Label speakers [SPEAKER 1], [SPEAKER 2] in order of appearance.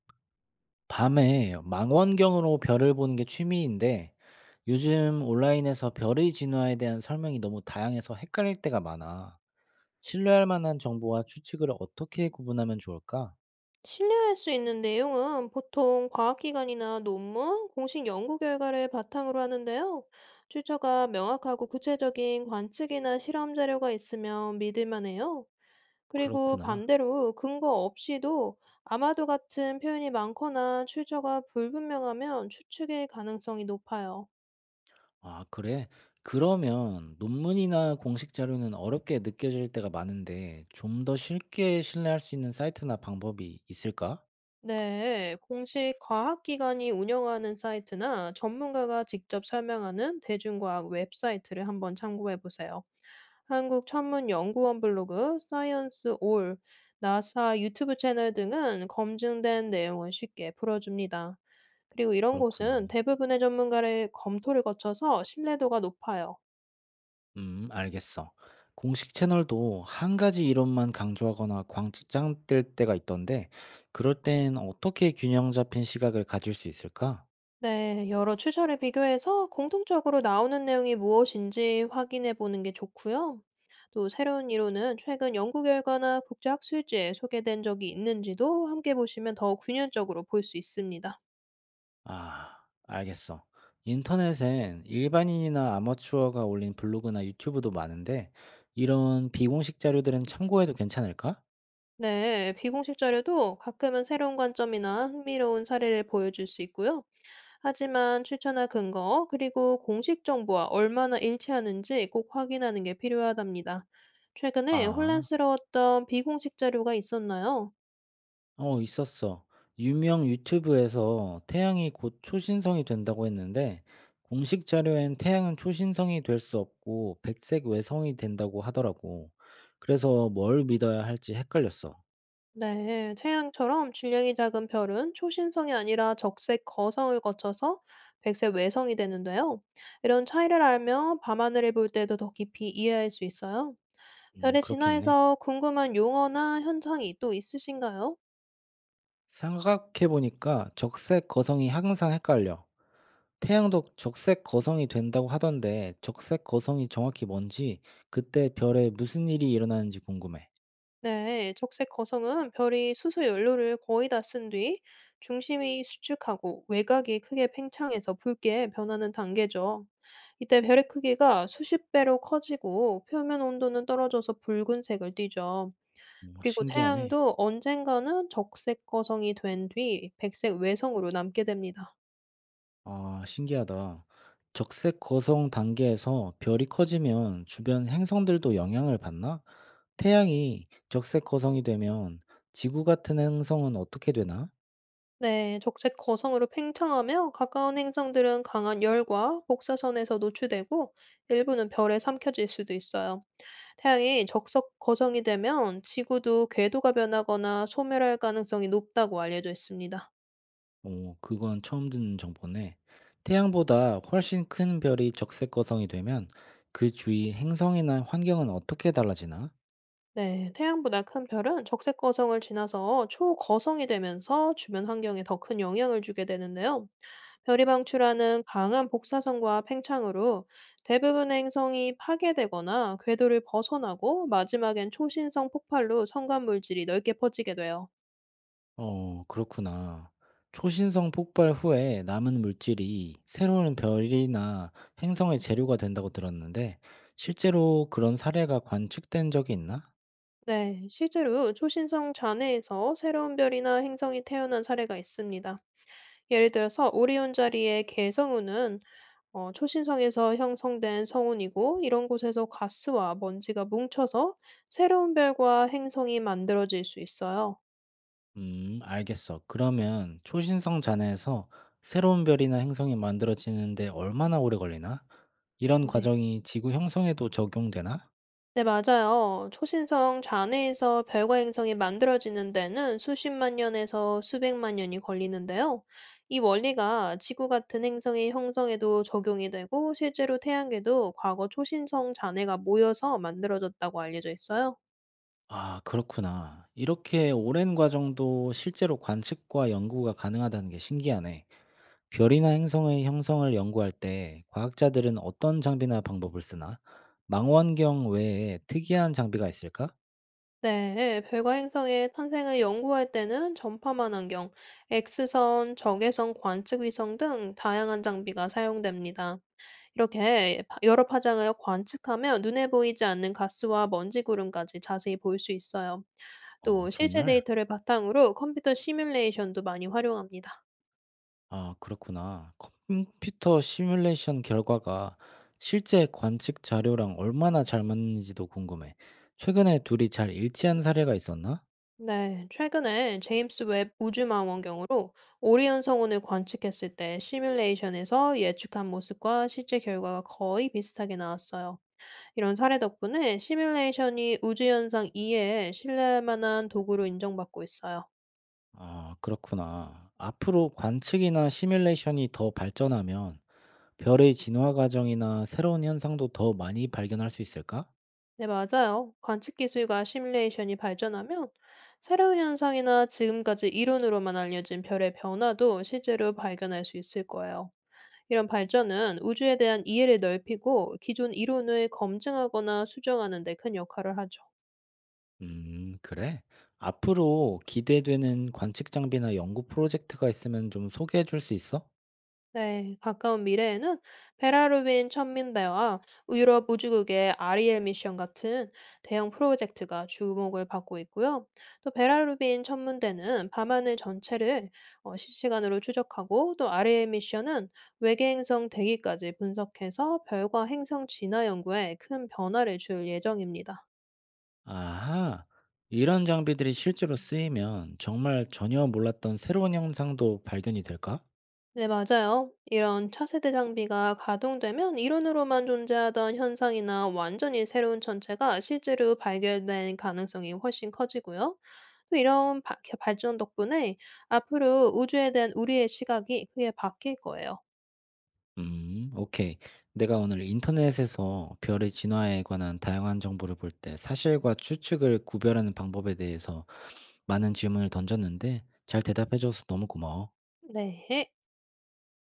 [SPEAKER 1] 밤에 망원경으로 별을 보는 게 취미인데 요즘 온라인에서 별의 진화에 대한 설명이 너무 다양해서 헷갈릴 때가 많아. 신뢰할 만한 정보와 추측을 어떻게 구분하면 좋을까?
[SPEAKER 2] 신뢰할 수 있는 내용은 보통 과학기관이나 논문, 공식 연구 결과를 바탕으로 하는데요. 출처가 명확하고 구체적인 관측이나 실험 자료가 있으면 믿을만 해요. 그리고
[SPEAKER 1] 그렇구나.
[SPEAKER 2] 반대로 근거 없이도 아마도 같은 표현이 많거나 출처가 불분명하면 추측일 가능성이 높아요.
[SPEAKER 1] 아, 그래. 그러면 논문이나 공식 자료는 어렵게 느껴질 때가 많은데 좀 더 쉽게 신뢰할 수 있는 사이트나 방법이 있을까?
[SPEAKER 2] 네, 공식 과학기관이 운영하는 사이트나 전문가가 직접 설명하는 대중과학 웹사이트를 한번 참고해 보세요. 한국천문연구원 블로그, 사이언스 올, 나사 유튜브 채널 등은 검증된 내용을 쉽게 풀어줍니다. 그리고 이런
[SPEAKER 1] 그렇구나.
[SPEAKER 2] 곳은 대부분의 전문가를 검토를 거쳐서 신뢰도가 높아요.
[SPEAKER 1] 알겠어. 공식 채널도 한 가지 이론만 강조하거나 광장될 때가 있던데, 그럴 땐 어떻게 균형 잡힌 시각을 가질 수 있을까?
[SPEAKER 2] 네, 여러 출처를 비교해서 공통적으로 나오는 내용이 무엇인지 확인해 보는 게 좋고요. 또 새로운 이론은 최근 연구 결과나 국제학술지에 소개된 적이 있는지도 함께 보시면 더 균형적으로 볼 수 있습니다.
[SPEAKER 1] 아, 알겠어. 인터넷엔 일반인이나 아마추어가 올린 블로그나 유튜브도 많은데, 이런 비공식 자료들은 참고해도 괜찮을까?
[SPEAKER 2] 네, 비공식 자료도 가끔은 새로운 관점이나 흥미로운 사례를 보여줄 수 있고요. 하지만 출처나 근거, 그리고 공식 정보와 얼마나 일치하는지 꼭 확인하는 게 필요하답니다. 최근에
[SPEAKER 1] 아.
[SPEAKER 2] 혼란스러웠던 비공식 자료가 있었나요?
[SPEAKER 1] 어, 있었어. 유명 유튜브에서 태양이 곧 초신성이 된다고 했는데, 공식 자료엔 태양은 초신성이 될 수 없고, 백색 외성이 된다고 하더라고. 그래서 뭘 믿어야 할지 헷갈렸어.
[SPEAKER 2] 네, 태양처럼 질량이 작은 별은 초신성이 아니라 적색 거성을 거쳐서 백색 외성이 되는데요. 이런 차이를 알면 밤하늘을 볼 때도 더 깊이 이해할 수 있어요. 별의
[SPEAKER 1] 그렇겠네.
[SPEAKER 2] 진화에서 궁금한 용어나 현상이 또 있으신가요?
[SPEAKER 1] 생각해보니까 적색 거성이 항상 헷갈려. 태양도 적색 거성이 된다고 하던데, 적색 거성이 정확히 뭔지, 그때 별에 무슨 일이 일어나는지 궁금해.
[SPEAKER 2] 네, 적색 거성은 별이 수소 연료를 거의 다 쓴 뒤 중심이 수축하고 외곽이 크게 팽창해서 붉게 변하는 단계죠. 이때 별의 크기가 수십 배로 커지고 표면 온도는 떨어져서 붉은색을 띠죠.
[SPEAKER 1] 어,
[SPEAKER 2] 그리고
[SPEAKER 1] 신기하네.
[SPEAKER 2] 태양도 언젠가는 적색 거성이 된 뒤 백색 외성으로 남게 됩니다.
[SPEAKER 1] 아, 신기하다. 적색 거성 단계에서 별이 커지면 주변 행성들도 영향을 받나? 태양이 적색 거성이 되면 지구 같은 행성은 어떻게 되나?
[SPEAKER 2] 네, 적색 거성으로 팽창하며 가까운 행성들은 강한 열과 복사선에서 노출되고 일부는 별에 삼켜질 수도 있어요. 태양이 적석 거성이 되면 지구도 궤도가 변하거나 소멸할 가능성이 높다고 알려져 있습니다.
[SPEAKER 1] 어, 그건 처음 듣는 정보네. 태양보다 훨씬 큰 별이 적색 거성이 되면 그 주위 행성이나 환경은 어떻게 달라지나?
[SPEAKER 2] 네, 태양보다 큰 별은 적색 거성을 지나서 초거성이 되면서 주변 환경에 더 큰 영향을 주게 되는데요. 별이 방출하는 강한 복사선과 팽창으로 대부분의 행성이 파괴되거나 궤도를 벗어나고 마지막엔 초신성 폭발로 성간 물질이 넓게 퍼지게 돼요.
[SPEAKER 1] 어, 그렇구나. 초신성 폭발 후에 남은 물질이 새로운 별이나 행성의 재료가 된다고 들었는데, 실제로 그런 사례가 관측된 적이 있나?
[SPEAKER 2] 네, 실제로 초신성 잔해에서 새로운 별이나 행성이 태어난 사례가 있습니다. 예를 들어서 오리온 자리의 개성운은 초신성에서 형성된 성운이고 이런 곳에서 가스와 먼지가 뭉쳐서 새로운 별과 행성이 만들어질 수 있어요.
[SPEAKER 1] 알겠어. 그러면 초신성 잔해에서 새로운 별이나 행성이 만들어지는데 얼마나 오래 걸리나? 이런
[SPEAKER 2] 네.
[SPEAKER 1] 과정이 지구 형성에도 적용되나?
[SPEAKER 2] 네, 맞아요. 초신성 잔해에서 별과 행성이 만들어지는 데는 수십만 년에서 수백만 년이 걸리는데요. 이 원리가 지구 같은 행성의 형성에도 적용이 되고 실제로 태양계도 과거 초신성 잔해가 모여서 만들어졌다고 알려져 있어요.
[SPEAKER 1] 아, 그렇구나. 이렇게 오랜 과정도 실제로 관측과 연구가 가능하다는 게 신기하네. 별이나 행성의 형성을 연구할 때 과학자들은 어떤 장비나 방법을 쓰나? 망원경 외에 특이한 장비가 있을까?
[SPEAKER 2] 네, 별과 행성의 탄생을 연구할 때는 전파망 안경, X선, 적외선 관측 위성 등 다양한 장비가 사용됩니다. 이렇게 파 여러 파장을 관측하면 눈에 보이지 않는 가스와 먼지 구름까지 자세히 볼 수 있어요.
[SPEAKER 1] 어,
[SPEAKER 2] 또 실제
[SPEAKER 1] 정말?
[SPEAKER 2] 데이터를 바탕으로 컴퓨터 시뮬레이션도 많이 활용합니다.
[SPEAKER 1] 아, 그렇구나. 컴퓨터 시뮬레이션 결과가 실제 관측 자료랑 얼마나 잘 맞는지도 궁금해. 최근에 둘이 잘 일치한 사례가 있었나?
[SPEAKER 2] 네, 최근에 제임스 웹 우주망원경으로 오리온 성운을 관측했을 때 시뮬레이션에서 예측한 모습과 실제 결과가 거의 비슷하게 나왔어요. 이런 사례 덕분에 시뮬레이션이 우주 현상 이해에 신뢰할 만한 도구로 인정받고 있어요.
[SPEAKER 1] 아, 그렇구나. 앞으로 관측이나 시뮬레이션이 더 발전하면 별의 진화 과정이나 새로운 현상도 더 많이 발견할 수 있을까?
[SPEAKER 2] 네, 맞아요. 관측 기술과 시뮬레이션이 발전하면 새로운 현상이나 지금까지 이론으로만 알려진 별의 변화도 실제로 발견할 수 있을 거예요. 이런 발전은 우주에 대한 이해를 넓히고 기존 이론을 검증하거나 수정하는 데 큰 역할을 하죠.
[SPEAKER 1] 그래? 앞으로 기대되는 관측 장비나 연구 프로젝트가 있으면 좀 소개해 줄 수 있어?
[SPEAKER 2] 네, 가까운 미래에는 베라루빈 천민대와 유럽 우주국의 아리엘 미션 같은 대형 프로젝트가 주목을 받고 있고요. 또 베라루빈 천문대는 밤하늘 전체를 실시간으로 추적하고 또 아리엘 미션은 외계 행성 대기까지 분석해서 별과 행성 진화 연구에 큰 변화를 줄 예정입니다.
[SPEAKER 1] 아하, 이런 장비들이 실제로 쓰이면 정말 전혀 몰랐던 새로운 현상도 발견이 될까?
[SPEAKER 2] 네, 맞아요. 이런 차세대 장비가 가동되면 이론으로만 존재하던 현상이나 완전히 새로운 천체가 실제로 발견된 가능성이 훨씬 커지고요. 또 이런 발전 덕분에 앞으로 우주에 대한 우리의 시각이 크게 바뀔 거예요.
[SPEAKER 1] 오케이. 내가 오늘 인터넷에서 별의 진화에 관한 다양한 정보를 볼 때 사실과 추측을 구별하는 방법에 대해서 많은 질문을 던졌는데 잘 대답해 줘서 너무 고마워.
[SPEAKER 2] 네.